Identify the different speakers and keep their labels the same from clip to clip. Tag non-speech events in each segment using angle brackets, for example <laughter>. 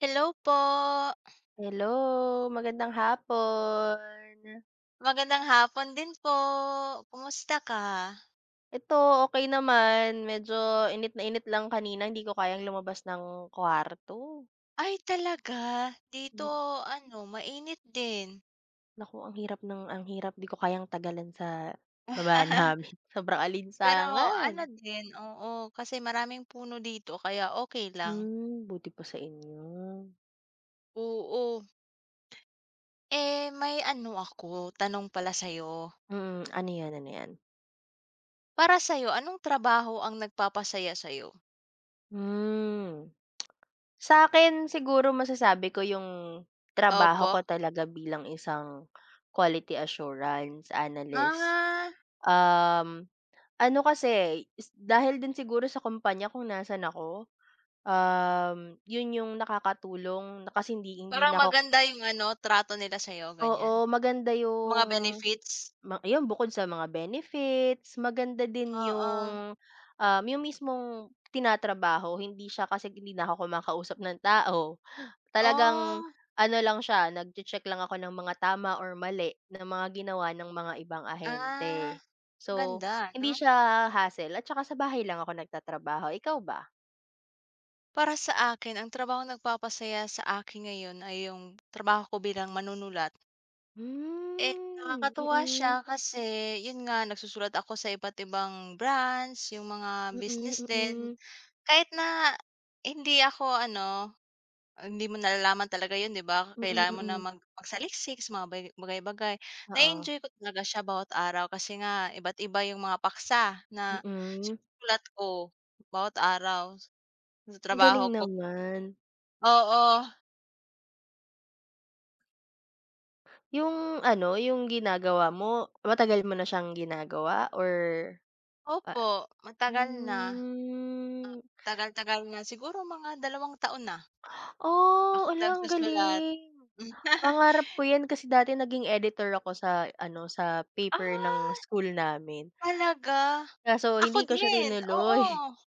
Speaker 1: Hello po.
Speaker 2: Hello, magandang hapon.
Speaker 1: Magandang hapon din po. Kumusta ka?
Speaker 2: Ito, okey naman. Medyo init na init lang kanina, hindi ko kayang lumabas ng kwarto.
Speaker 1: Ay talaga? Dito
Speaker 2: Hmm,
Speaker 1: ano, mainit din.
Speaker 2: Naku, ang hirap, 'di ko kayang tagalan sa baba namin.
Speaker 1: <laughs>
Speaker 2: <laughs> Sobrang
Speaker 1: Pero
Speaker 2: alinsangan.
Speaker 1: ano din, oo, kasi maraming puno dito kaya okay lang.
Speaker 2: Buti pa sa inyo.
Speaker 1: Oo. Eh, may ano ako, tanong pala sa'yo.
Speaker 2: Mm, ano 'yan, ano 'yan?
Speaker 1: Para sa'yo, anong trabaho ang nagpapasaya sa'yo?
Speaker 2: Mm. Sa akin siguro masasabi ko yung trabaho
Speaker 1: Opo.
Speaker 2: ko talaga bilang isang quality assurance analyst.
Speaker 1: Ah,
Speaker 2: Um Ano kasi, is dahil din siguro sa kumpanya kung nasaan ako, yun yung nakakatulong na kasi hindi hindi
Speaker 1: parang
Speaker 2: na ako.
Speaker 1: maganda yung ano, trato nila sa'yo,
Speaker 2: Oo,
Speaker 1: ganyan?
Speaker 2: maganda
Speaker 1: Mga
Speaker 2: yung.
Speaker 1: benefits?
Speaker 2: Ayun, bukod sa mga benefits, maganda din
Speaker 1: Oo.
Speaker 2: yung, yung mismong tinatrabaho, hindi siya kasi hindi na ako kumakausap ng tao. Talagang
Speaker 1: Oh.
Speaker 2: ano lang siya, nag check lang ako ng mga tama or mali ng mga ginawa ng mga ibang
Speaker 1: Ah,
Speaker 2: ahente.
Speaker 1: ang
Speaker 2: So,
Speaker 1: ganda 'no?
Speaker 2: hindi siya hassle at saka sa bahay lang ako nagtatrabaho. Ikaw ba?
Speaker 1: Para sa akin ang trabahong nagpapasaya sa akin ngayon ay yung trabaho ko bilang manunulat. Eh,
Speaker 2: Hmm,
Speaker 1: nakakatuwa siya
Speaker 2: mm.
Speaker 1: kasi yun nga nagsusulat ako sa iba't ibang brands, yung mga
Speaker 2: Mm,
Speaker 1: business din.
Speaker 2: mm.
Speaker 1: Kahit na hindi ako ano, hindi mo nalalaman talaga yun 'di ba?
Speaker 2: Mm,
Speaker 1: Kailangan mo na
Speaker 2: mm,
Speaker 1: magsaliksik sa mga bagay-bagay.
Speaker 2: oo,
Speaker 1: Enjoy ko talaga siya bawat araw kasi nga iba't iba yung mga paksa na
Speaker 2: mm.
Speaker 1: sinusulat ko bawat araw. Sa
Speaker 2: Ang galing
Speaker 1: trabaho ko
Speaker 2: naman.
Speaker 1: oo,
Speaker 2: Yung ano, yung ginagawa mo, matagal mo na siyang ginagawa or, ah,
Speaker 1: opo, matagal na.
Speaker 2: hmm,
Speaker 1: Tagal-tagal na, siguro mga dalawang taon na
Speaker 2: oh,
Speaker 1: akong
Speaker 2: hala, ang
Speaker 1: nagsusulat.
Speaker 2: galing!
Speaker 1: <laughs>
Speaker 2: Pangarap ko 'yan kasi dati naging editor ako sa ano, sa paper ng
Speaker 1: Ah,
Speaker 2: school namin.
Speaker 1: talaga?
Speaker 2: Kaso
Speaker 1: Ako
Speaker 2: hindi ko siya
Speaker 1: din, oo.
Speaker 2: tinuloy.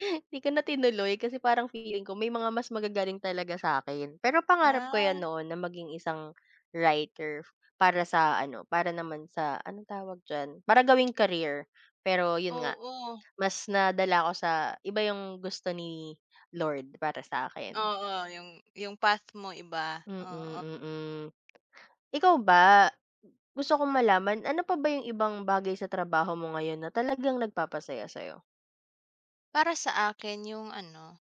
Speaker 2: <laughs> Hindi ko na tinuloy kasi parang feeling ko may mga mas magagaling talaga sa akin. Pero pangarap ko 'yan
Speaker 1: Ah,
Speaker 2: noon na maging isang writer para sa ano, para naman sa anong tawag diyan, para gawing career. Pero 'yun nga,
Speaker 1: oo.
Speaker 2: mas nadala ko sa iba yung gusto ni Lord para sa'kin.
Speaker 1: Oo, yung path mo iba,
Speaker 2: Mm, mm.
Speaker 1: oo.
Speaker 2: Mm, mm. Ikaw ba, gusto kong malaman, ano pa ba yung ibang bagay sa trabaho mo ngayon na talagang nagpapasaya sa'yo?
Speaker 1: Para sa akin yung ano,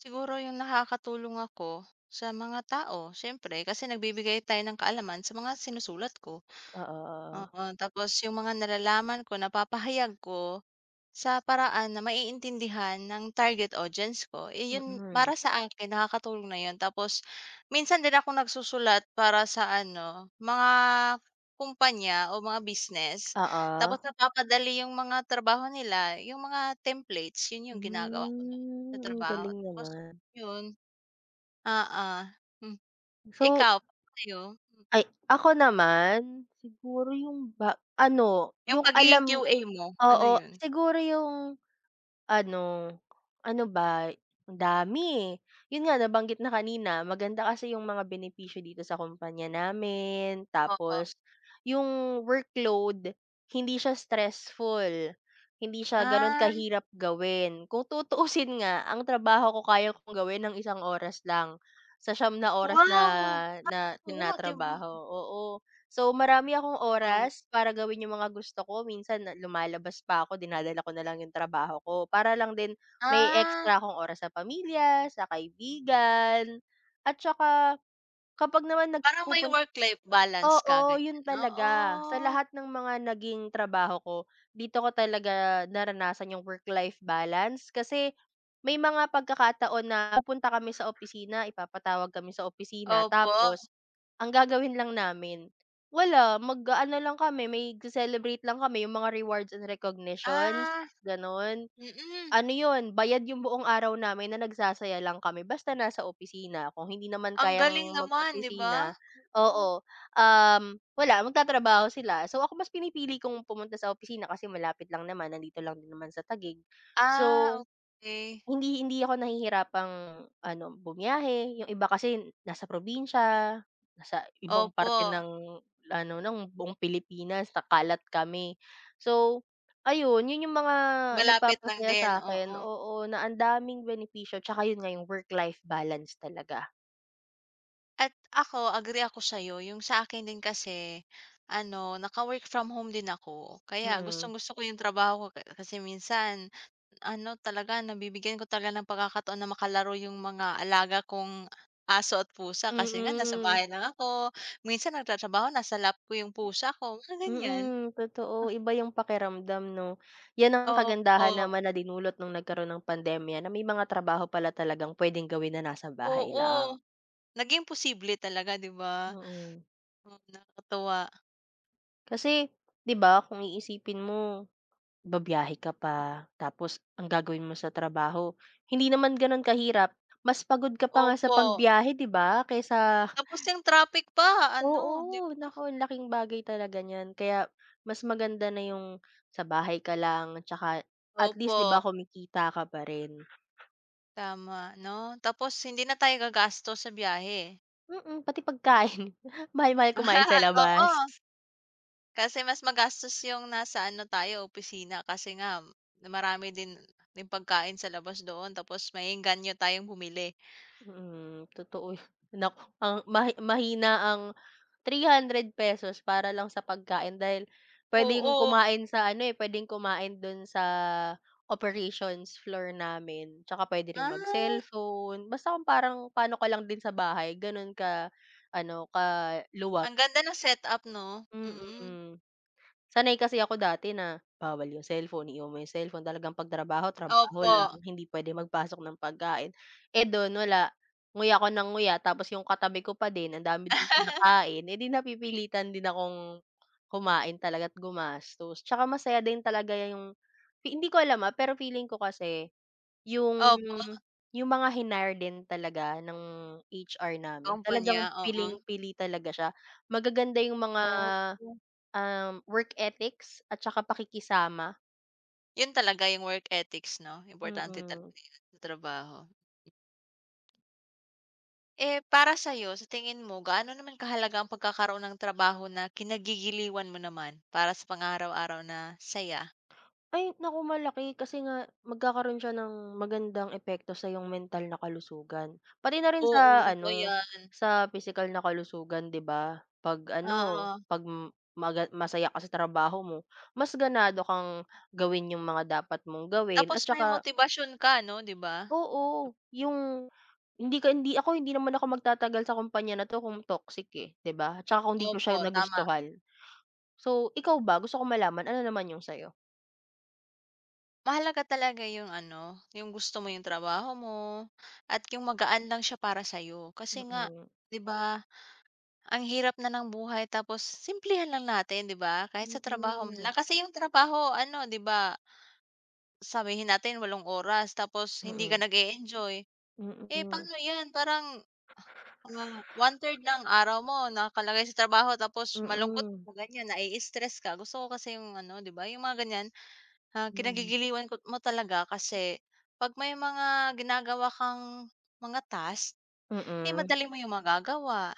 Speaker 1: siguro yung nakakatulong ako sa mga tao siyempre kasi nagbibigay tayo ng kaalaman sa mga sinusulat ko.
Speaker 2: Oo, oo.
Speaker 1: Oo, tapos yung mga nalalaman ko napapahayag ko sa paraan na maiintindihan ng target audience ko, eh, yun
Speaker 2: Mm.
Speaker 1: para sa akin nakakatulong na yun. Tapos minsan din ako nagsusulat para sa ano, mga kumpanya o mga business,
Speaker 2: Oo.
Speaker 1: tapos napapadali yung mga trabaho nila, yung mga templates, yun yung ginagawa ko na sa
Speaker 2: Hmm, ang
Speaker 1: trabaho.
Speaker 2: galing
Speaker 1: Tapos
Speaker 2: naman.
Speaker 1: yun, ah, ah. Hmm.
Speaker 2: So,
Speaker 1: Ikaw, paano sa'yo,
Speaker 2: ako naman siguro yung ba ano,
Speaker 1: yung
Speaker 2: yung
Speaker 1: pagiging
Speaker 2: alam.
Speaker 1: QA mo, ano
Speaker 2: Oo,
Speaker 1: yun?
Speaker 2: siguro yung ano, ano ba, ang dami, eh. Yun nga nabanggit na kanina, maganda kasi yung mga benepisyo dito sa kumpanya namin,
Speaker 1: Oo.
Speaker 2: tapos yung workload hindi siya stressful, hindi siya gano'n
Speaker 1: Ah,
Speaker 2: kahirap gawin. Kung tutuusin nga ang trabaho ko, kaya kong gawin ng 1 oras lang, sa 9 oras na
Speaker 1: wow!
Speaker 2: na
Speaker 1: Oo, 'di ba?
Speaker 2: tinatrabaho, oo. So, marami akong
Speaker 1: Oh,
Speaker 2: oras para gawin yung mga gusto ko. Minsan na lumalabas pa ako, dinadala ko na lang yung trabaho ko para lang din may
Speaker 1: ah,
Speaker 2: extra akong oras sa pamilya, sa kaibigan, at saka kapag naman
Speaker 1: parang may
Speaker 2: nagpupunta.
Speaker 1: work-life balance ka
Speaker 2: Oo, yun
Speaker 1: ganyan,
Speaker 2: talaga. Sa
Speaker 1: oo.
Speaker 2: lahat ng mga naging trabaho ko, dito ko talaga naranasan yung work-life balance kasi may mga pagkakataon na pupunta kami sa opisina, ipapatawag kami sa opisina,
Speaker 1: Opo,
Speaker 2: tapos ang gagawin lang namin, wala, mag-aano lang kami, may celebrate lang kami, yung mga rewards and recognitions,
Speaker 1: ah,
Speaker 2: gano'n.
Speaker 1: mm.
Speaker 2: Ano yun, bayad yung buong araw namin na nagsasaya lang kami basta nasa opisina. Kung hindi naman
Speaker 1: Ang galing
Speaker 2: kayang
Speaker 1: naman, 'di ba?
Speaker 2: mag-opisina,
Speaker 1: Oh,
Speaker 2: oo. Wala, magtatrabaho sila. So, ako mas pinipili kong pumunta sa opisina kasi malapit lang naman, nandito lang din naman sa Tagig.
Speaker 1: ah,
Speaker 2: So,
Speaker 1: okey.
Speaker 2: hindi hindi ako nahihirapang ano, bumiyahe. Yung iba kasi nasa probinsya, nasa ibang
Speaker 1: Opo,
Speaker 2: parte ng ano, ng buong Pilipinas, nakalat kami. So, ayun, yun yung mga
Speaker 1: malapit lang
Speaker 2: nagpapasaya sa
Speaker 1: din,
Speaker 2: akin.
Speaker 1: oo.
Speaker 2: Oo, na ang daming benepisyo, tsaka yun nga yung work-life balance talaga.
Speaker 1: At ako, agree ako sa'yo, yung sa akin din kasi ano, naka-work from home din ako, kaya
Speaker 2: Mm,
Speaker 1: gustong-gusto ko yung trabaho ko kasi minsan ano talaga, nabibigyan ko talaga ng pagkakataon na makalaro yung mga alaga kong aso at pusa kasi nga nasa
Speaker 2: mm.
Speaker 1: bahay lang ako. Minsan nagtatrabaho nasa lap ko yung pusa ko, mga ganyan.
Speaker 2: Mm, totoo. Iba yung pakiramdam 'no? Yan ang
Speaker 1: Opo,
Speaker 2: kagandahan naman na dinulot nung nagkaroon ng pandemya, na may mga trabaho pala talagang puwedeng gawin na nasa bahay lang.
Speaker 1: oo. Naging posible talaga 'di ba?
Speaker 2: Mm.
Speaker 1: Oo, nakakatuwa.
Speaker 2: Kasi 'di ba kung iisipin mo, babiyahe ka pa tapos ang gagawin mo sa trabaho, hindi naman gano'n kahirap. Mas pagod ka pa nga sa
Speaker 1: Opo,
Speaker 2: pagbiyahe 'di ba kaysa.
Speaker 1: tapos yung traffic pa ano 'di
Speaker 2: Oo,
Speaker 1: ba?
Speaker 2: naku ang laking bagay talaga niyan kaya mas maganda na yung sa bahay ka lang, tsaka at least
Speaker 1: Opo,
Speaker 2: 'di ba kumikita ka pa rin.
Speaker 1: tama 'no? Tapos hindi na tayo gagastos sa biyahe.
Speaker 2: Mm, pati pagkain <laughs> mahal-mahal kumain sa
Speaker 1: <laughs> Oo.
Speaker 2: labas.
Speaker 1: Kasi mas magastos yung nasa ano tayo, opisina kasi nga marami din din pagkain sa labas doon tapos may maengganyo tayong bumili.
Speaker 2: Mm, totoo yan. Naku, ang mahina ang 300 pesos para lang sa pagkain, dahil pwedeng
Speaker 1: Oo.
Speaker 2: kumain sa ano, eh, puwedeng kumain dun sa operations floor namin, tsaka puwede ring
Speaker 1: Ah,
Speaker 2: mag-cellphone. Basta kung parang paano ka lang din sa bahay, gano'n ka ano, kaluwag.
Speaker 1: ang ganda ng setup 'no? Mm.
Speaker 2: Mm. Sanay kasi ako dati na bawal yung cellphone, iwan mo yung cellphone, talagang pagtrabaho trabaho,
Speaker 1: Opo.
Speaker 2: lang, hindi puwede magpasok ng pagkain. Eh, do'n wala, nguya ako ng nguya, tapos yung katabi ko pa din ang dami din
Speaker 1: <laughs>
Speaker 2: kinakain, eh, 'di napipilitan din akong kumain talaga at gumastos. Tsaka masaya din talaga yung hindi ko alam, pero feeling ko kasi yung
Speaker 1: Opo,
Speaker 2: yung mga hinire din talaga ng HR namin,
Speaker 1: kumpanya,
Speaker 2: talagang
Speaker 1: oo.
Speaker 2: piling-pili talaga siya. Magaganda yung mga
Speaker 1: Oh,
Speaker 2: Work ethics at saka pakikisama.
Speaker 1: yun talaga yung work ethics 'no, importante
Speaker 2: Mm.
Speaker 1: talaga yun sa trabaho. Eh, para sa'yo, sa tingin mo, gaano naman kahalaga ang pagkakaroon ng trabaho na kinagigiliwan mo naman para sa pang-araw-araw na saya?
Speaker 2: Ay naku malaki, kasi nga magkakaroon siya ng magandang epekto sa iyong mental na kalusugan. Pati na rin
Speaker 1: Oo,
Speaker 2: sa
Speaker 1: totoo
Speaker 2: ano,
Speaker 1: yan,
Speaker 2: sa pisikal na kalusugan 'di ba? 'Pag ano,
Speaker 1: oo.
Speaker 2: 'pag m- maga masaya ka sa trabaho mo, mas ganado kang gawin yung mga dapat mong gawin
Speaker 1: Tapos
Speaker 2: at
Speaker 1: may
Speaker 2: saka
Speaker 1: motibasyon ka 'no, 'di ba?
Speaker 2: oo, yung hindi naman ako magtatagal sa kumpanya na 'to kung toxic eh, 'di ba? At saka kung 'di ko siya
Speaker 1: Opo, tama.
Speaker 2: nagustuhan. So, ikaw ba gusto kong malaman ano naman yung sa'yo?
Speaker 1: Mahalaga talaga yung ano, yung gusto mo yung trabaho mo at yung magaan lang siya para sa'yo. Kasi nga
Speaker 2: Mm,
Speaker 1: 'di ba, ang hirap na ng buhay tapos simplehan lang natin 'di ba, kahit sa trabaho man
Speaker 2: mm,
Speaker 1: lang. Kasi yung trabaho ano 'di ba, sabihin natin 8 oras tapos
Speaker 2: mm,
Speaker 1: hindi ka
Speaker 2: mm,
Speaker 1: nag-e-enjoy, eh,
Speaker 2: mm,
Speaker 1: paano 'yan parang ah, 1/3 ng araw mo nakalagay sa trabaho tapos malungkot ka ganyan, nai-stress ka. Gusto ko kasi yung ano, 'di ba, yung mga ganyan, ah,
Speaker 2: mm,
Speaker 1: kinagigiliwan ko mo talaga kasi 'pag may mga ginagawa kang mga task, eh,
Speaker 2: mm,
Speaker 1: madali mo yung magagawa.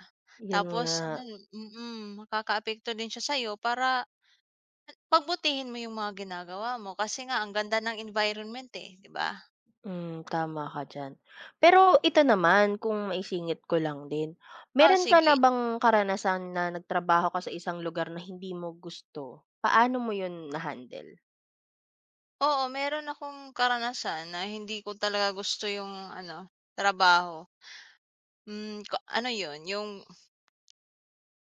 Speaker 2: yun nga,
Speaker 1: Tapos ano mm, makakaapekto din siya sa'yo para pagbutihin mo yung mga ginagawa mo kasi nga ang ganda ng environment, eh, 'di ba?
Speaker 2: hmm, tama ka diyan. Pero ito naman kung maisingit ko lang din,
Speaker 1: Oh,
Speaker 2: meron ka na
Speaker 1: sige.
Speaker 2: bang karanasan na nagtrabaho ka sa isang lugar na hindi mo gusto? Paano mo yun na-handle?
Speaker 1: Oo, meron akong karanasan na hindi ko talaga gusto yung ano, trabaho. Hmm, ko ano yun, yung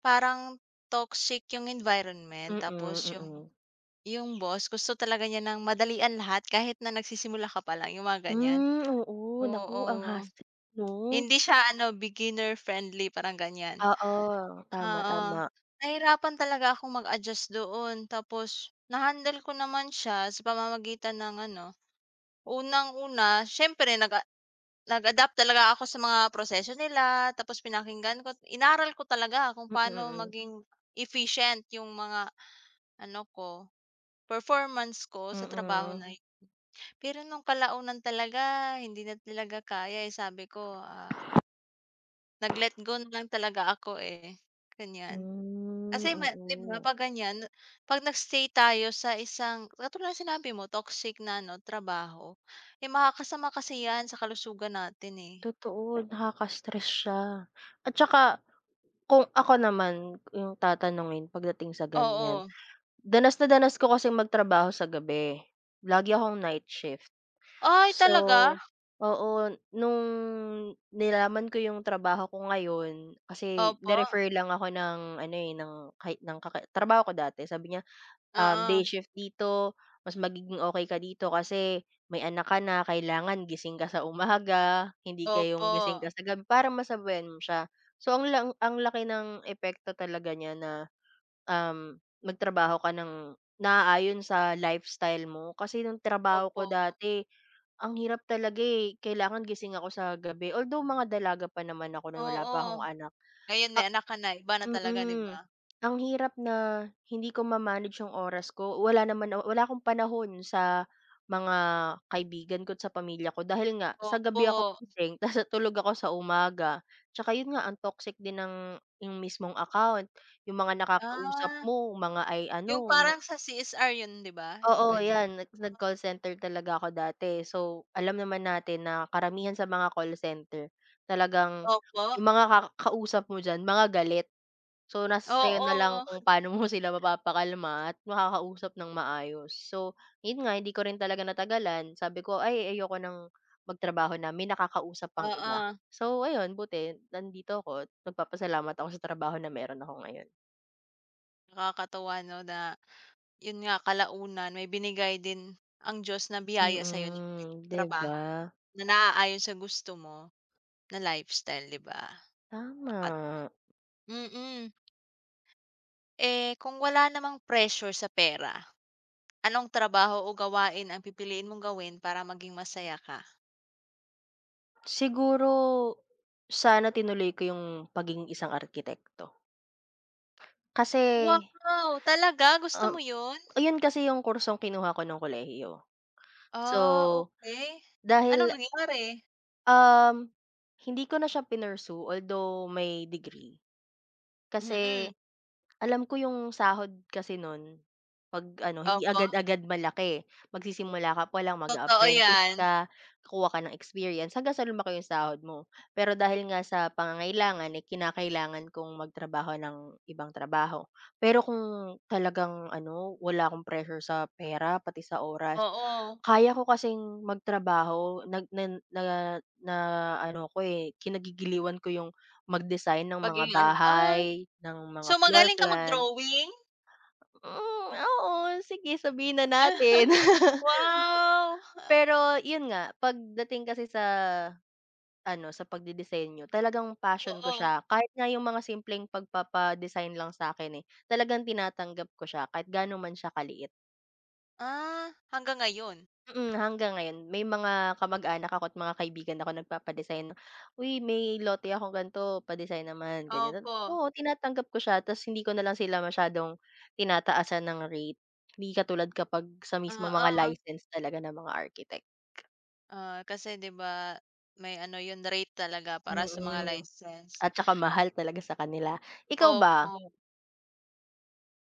Speaker 1: parang toxic yung environment
Speaker 2: Mm,
Speaker 1: tapos
Speaker 2: mm.
Speaker 1: yung boss gusto talaga niya ng madalian lahat kahit na nagsisimula ka pa lang, yung mga ganyan.
Speaker 2: Hmm, oo, naku ang
Speaker 1: Oo.
Speaker 2: hassle 'no?
Speaker 1: Hindi siya ano, beginner friendly, parang ganyan.
Speaker 2: Oo, tama,
Speaker 1: Oo.
Speaker 2: tama.
Speaker 1: Nahirapan talaga akong mag-adjust doon tapos na-handle ko naman siya sa pamamagitan ng ano unang-una, siyempre nag-adapt talaga ako sa mga proseso nila, tapos pinakinggan ko inaral ko talaga kung
Speaker 2: Mm,
Speaker 1: paano
Speaker 2: mm.
Speaker 1: maging efficient yung mga ano ko, performance ko sa trabaho
Speaker 2: Mm.
Speaker 1: na yun. Pero nung kalaunan talaga hindi na talaga kaya, eh, sabi ko, ah, nag-let go na lang talaga ako, eh, ganyan.
Speaker 2: Hmm,
Speaker 1: Kasi ma 'di ba
Speaker 2: oo.
Speaker 1: 'pag ganyan, 'pag nag-stay tayo sa isang katulad ng sinabi mo toxic na ano trabaho, eh, makakasama kasi 'yan sa kalusugan natin, eh.
Speaker 2: Totoo, nakaka-stress siya. At saka kung ako naman yung tatanungin pagdating sa ganyan,
Speaker 1: Oo.
Speaker 2: danas na danas ko kasi magtrabaho sa gabi. Lagi akong night shift.
Speaker 1: Ay
Speaker 2: So,
Speaker 1: talaga?
Speaker 2: oo, nung nilaman ko yung trabaho ko ngayon, kasi
Speaker 1: Opo,
Speaker 2: ni-refer lang ako ng ano, eh, ng kay ng kaka trabaho ko dati. Sabi niya,
Speaker 1: oo,
Speaker 2: day shift dito, mas magiging okay ka dito kasi may anak ka na, kailangan gising ka sa umaga, hindi ka
Speaker 1: opo,
Speaker 2: yung gising ka sa gabi para masabayan mo siya. So, ang laki ng epekto talaga niya na, magtrabaho ka ng naaayon sa lifestyle mo. Kasi nung trabaho ko
Speaker 1: opo,
Speaker 2: dati, ang hirap talaga, eh, kailangan gising ako sa gabi, although mga dalaga pa naman ako nun, wala pa
Speaker 1: oo.
Speaker 2: akong anak.
Speaker 1: Ngayon may anak ka na, iba na talaga 'di ba?
Speaker 2: Mm. Ang hirap na hindi ko ma-manage yung oras ko. Wala naman, wala akong panahon sa mga kaibigan ko at sa pamilya ko dahil nga sa
Speaker 1: Opo,
Speaker 2: gabi ako gising <laughs> tas tulog ako sa umaga. Tsaka yun nga, ang toxic din ng yung mismong account. Yung mga nakakausap
Speaker 1: ah,
Speaker 2: mo, mga ay
Speaker 1: yung
Speaker 2: ano.
Speaker 1: parang sa CSR yun 'di ba, yung
Speaker 2: Oo,
Speaker 1: ganyan?
Speaker 2: yan. Nag-call center talaga ako dati. So, alam naman natin na karamihan sa mga call center talagang
Speaker 1: Opo,
Speaker 2: yung mga kausap mo diyan mga galit. So, nasa sa'yo na lang
Speaker 1: oo,
Speaker 2: kung paano mo <laughs> sila mapapakalma at makakausap ng maayos. So, yun nga hindi ko rin talaga natagalan. Sabi ko, "Ay ayoko ng magtrabaho na may nakakausap pang iba."
Speaker 1: oo.
Speaker 2: So, ayun buti nandito ako at nagpapasalamat ako sa trabaho na meron ako ngayon.
Speaker 1: Nakakatuwa 'no na, yun nga kalaunan may binigay din ang Diyos na biyaya sa na
Speaker 2: Mm, 'di ba?
Speaker 1: trabaho na naaayon sa gusto mo na lifestyle, 'di ba? At
Speaker 2: Tama.
Speaker 1: mm. Eh, kung wala namang pressure sa pera, anong trabaho o gawain ang pipiliin mong gawin para maging masaya ka?
Speaker 2: Siguro sana tinuloy ko yung pagiging isang arkitekto. Kasi,
Speaker 1: Wow! Talaga gusto
Speaker 2: ah,
Speaker 1: mo yun?
Speaker 2: ayun kasi yung kursong kinuha ko ng kolehiyo. So,
Speaker 1: Ah, okey.
Speaker 2: dahil,
Speaker 1: Anong nangyari?
Speaker 2: Um, hindi ko na siya pinursue although may degree. Kasi,
Speaker 1: Mm.
Speaker 2: alam ko yung sahod kasi nun, 'pag ano, hindi
Speaker 1: Opo,
Speaker 2: agad-agad malaki. Magsisimula ka pa lang,
Speaker 1: totoo
Speaker 2: mag-a-apprentice
Speaker 1: yan.
Speaker 2: ka, kukuha ka ng experience, hanggang sa lumaki yung sahod mo. Pero dahil nga sa pangangailangan, eh, kinakailangan kong magtrabaho ng ibang trabaho. Pero kung talagang ano, wala akong pressure sa pera, pati sa oras,
Speaker 1: Oo,
Speaker 2: kaya ko kasing magtrabaho nag na na na ano ko, eh, kinagigiliwan ko yung mag-design ng mga
Speaker 1: paging ah.
Speaker 2: bahay, ng mga
Speaker 1: So,
Speaker 2: floor
Speaker 1: magaling ka
Speaker 2: plan.
Speaker 1: mag-drawing?
Speaker 2: Hmm, oo, sige sabihin na natin.
Speaker 1: <laughs>
Speaker 2: <laughs>
Speaker 1: Wow! Ah,
Speaker 2: Pero yun nga, pagdating kasi sa ano, sa pagdidisenyo talagang passion ko
Speaker 1: oo.
Speaker 2: siya. Kahit nga yung mga simpleng pagpapa-design lang sa akin eh, talagang tinatanggap ko siya kahit gaano man siya kaliit.
Speaker 1: Ah, hanggang ngayon?
Speaker 2: Mm, hanggang ngayon may mga kamag-anak ako at mga kaibigan ako nagpapa-design, "Uy, may lote akong ganito, pa-design naman." Ganyan.
Speaker 1: Opo,
Speaker 2: Oo, tinatanggap ko siya ta's hindi ko na lang sila masyadong tinataasan ng rate. Hindi katulad kapag sa mismong mga
Speaker 1: oo.
Speaker 2: license talaga ng mga architect.
Speaker 1: Ah, kasi 'di ba may ano 'yun rate talaga para sa mga
Speaker 2: Mm,
Speaker 1: license.
Speaker 2: at saka mahal talaga sa kanila. Ikaw
Speaker 1: Opo.
Speaker 2: ba?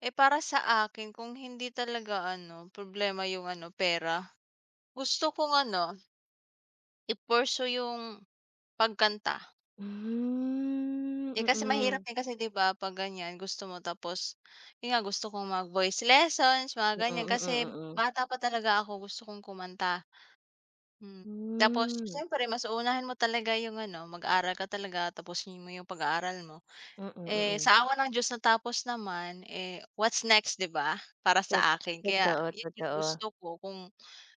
Speaker 1: Eh, para sa akin kung hindi talaga ano problema 'yung ano pera, gusto kong ano i-pursue 'yung pagkanta.
Speaker 2: Hmm,
Speaker 1: Eh, kasi mahirap
Speaker 2: mm.
Speaker 1: eh, kasi 'di ba 'pag ganyan gusto mo tapos, yun nga gusto kong mag-voice lessons mga
Speaker 2: Mm,
Speaker 1: ganyan
Speaker 2: mm,
Speaker 1: kasi
Speaker 2: mm.
Speaker 1: bata pa talaga ako gusto kong kumanta, hmm. Tapos
Speaker 2: Hmm,
Speaker 1: siyempre mas uunahin mo talaga yung ano, mag-aral ka talaga tapusin mo yung pag-aaral mo.
Speaker 2: mm,
Speaker 1: Eh,
Speaker 2: mm.
Speaker 1: sa awa ng Diyos natapos naman, eh, what's next 'di ba, para
Speaker 2: To
Speaker 1: sa akin hmm. Kaya
Speaker 2: Totoo,
Speaker 1: yun yung
Speaker 2: totoo.
Speaker 1: gusto ko kung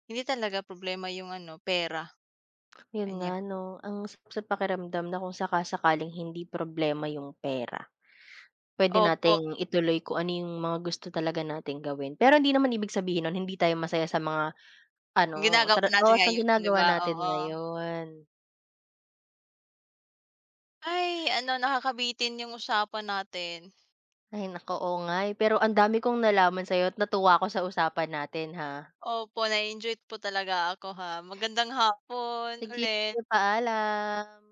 Speaker 1: hindi talaga problema yung ano pera,
Speaker 2: Yun nga
Speaker 1: ganyan.
Speaker 2: 'no, ang sarap sa pakiramdam na kung saka-sakaling hindi problema yung pera, pwede
Speaker 1: Opo,
Speaker 2: nating ituloy kung ano yung mga gusto talaga nating gawin. Pero hindi naman ibig sabihin nun hindi tayo masaya sa mga ano,
Speaker 1: ginagawa natin
Speaker 2: oo, sa
Speaker 1: ngayon 'di
Speaker 2: ginagawa
Speaker 1: ba,
Speaker 2: natin
Speaker 1: oo.
Speaker 2: ngayon.
Speaker 1: Ay, ano nakakabitin yung usapan natin.
Speaker 2: Ay naku, oo nga, eh. Pero ang dami kong nalaman sa'yo at natuwa ko sa usapan natin, ha.
Speaker 1: Opo, na-enjoy po talaga ako ha. Magandang hapon
Speaker 2: Sige,
Speaker 1: ulit.
Speaker 2: paalam.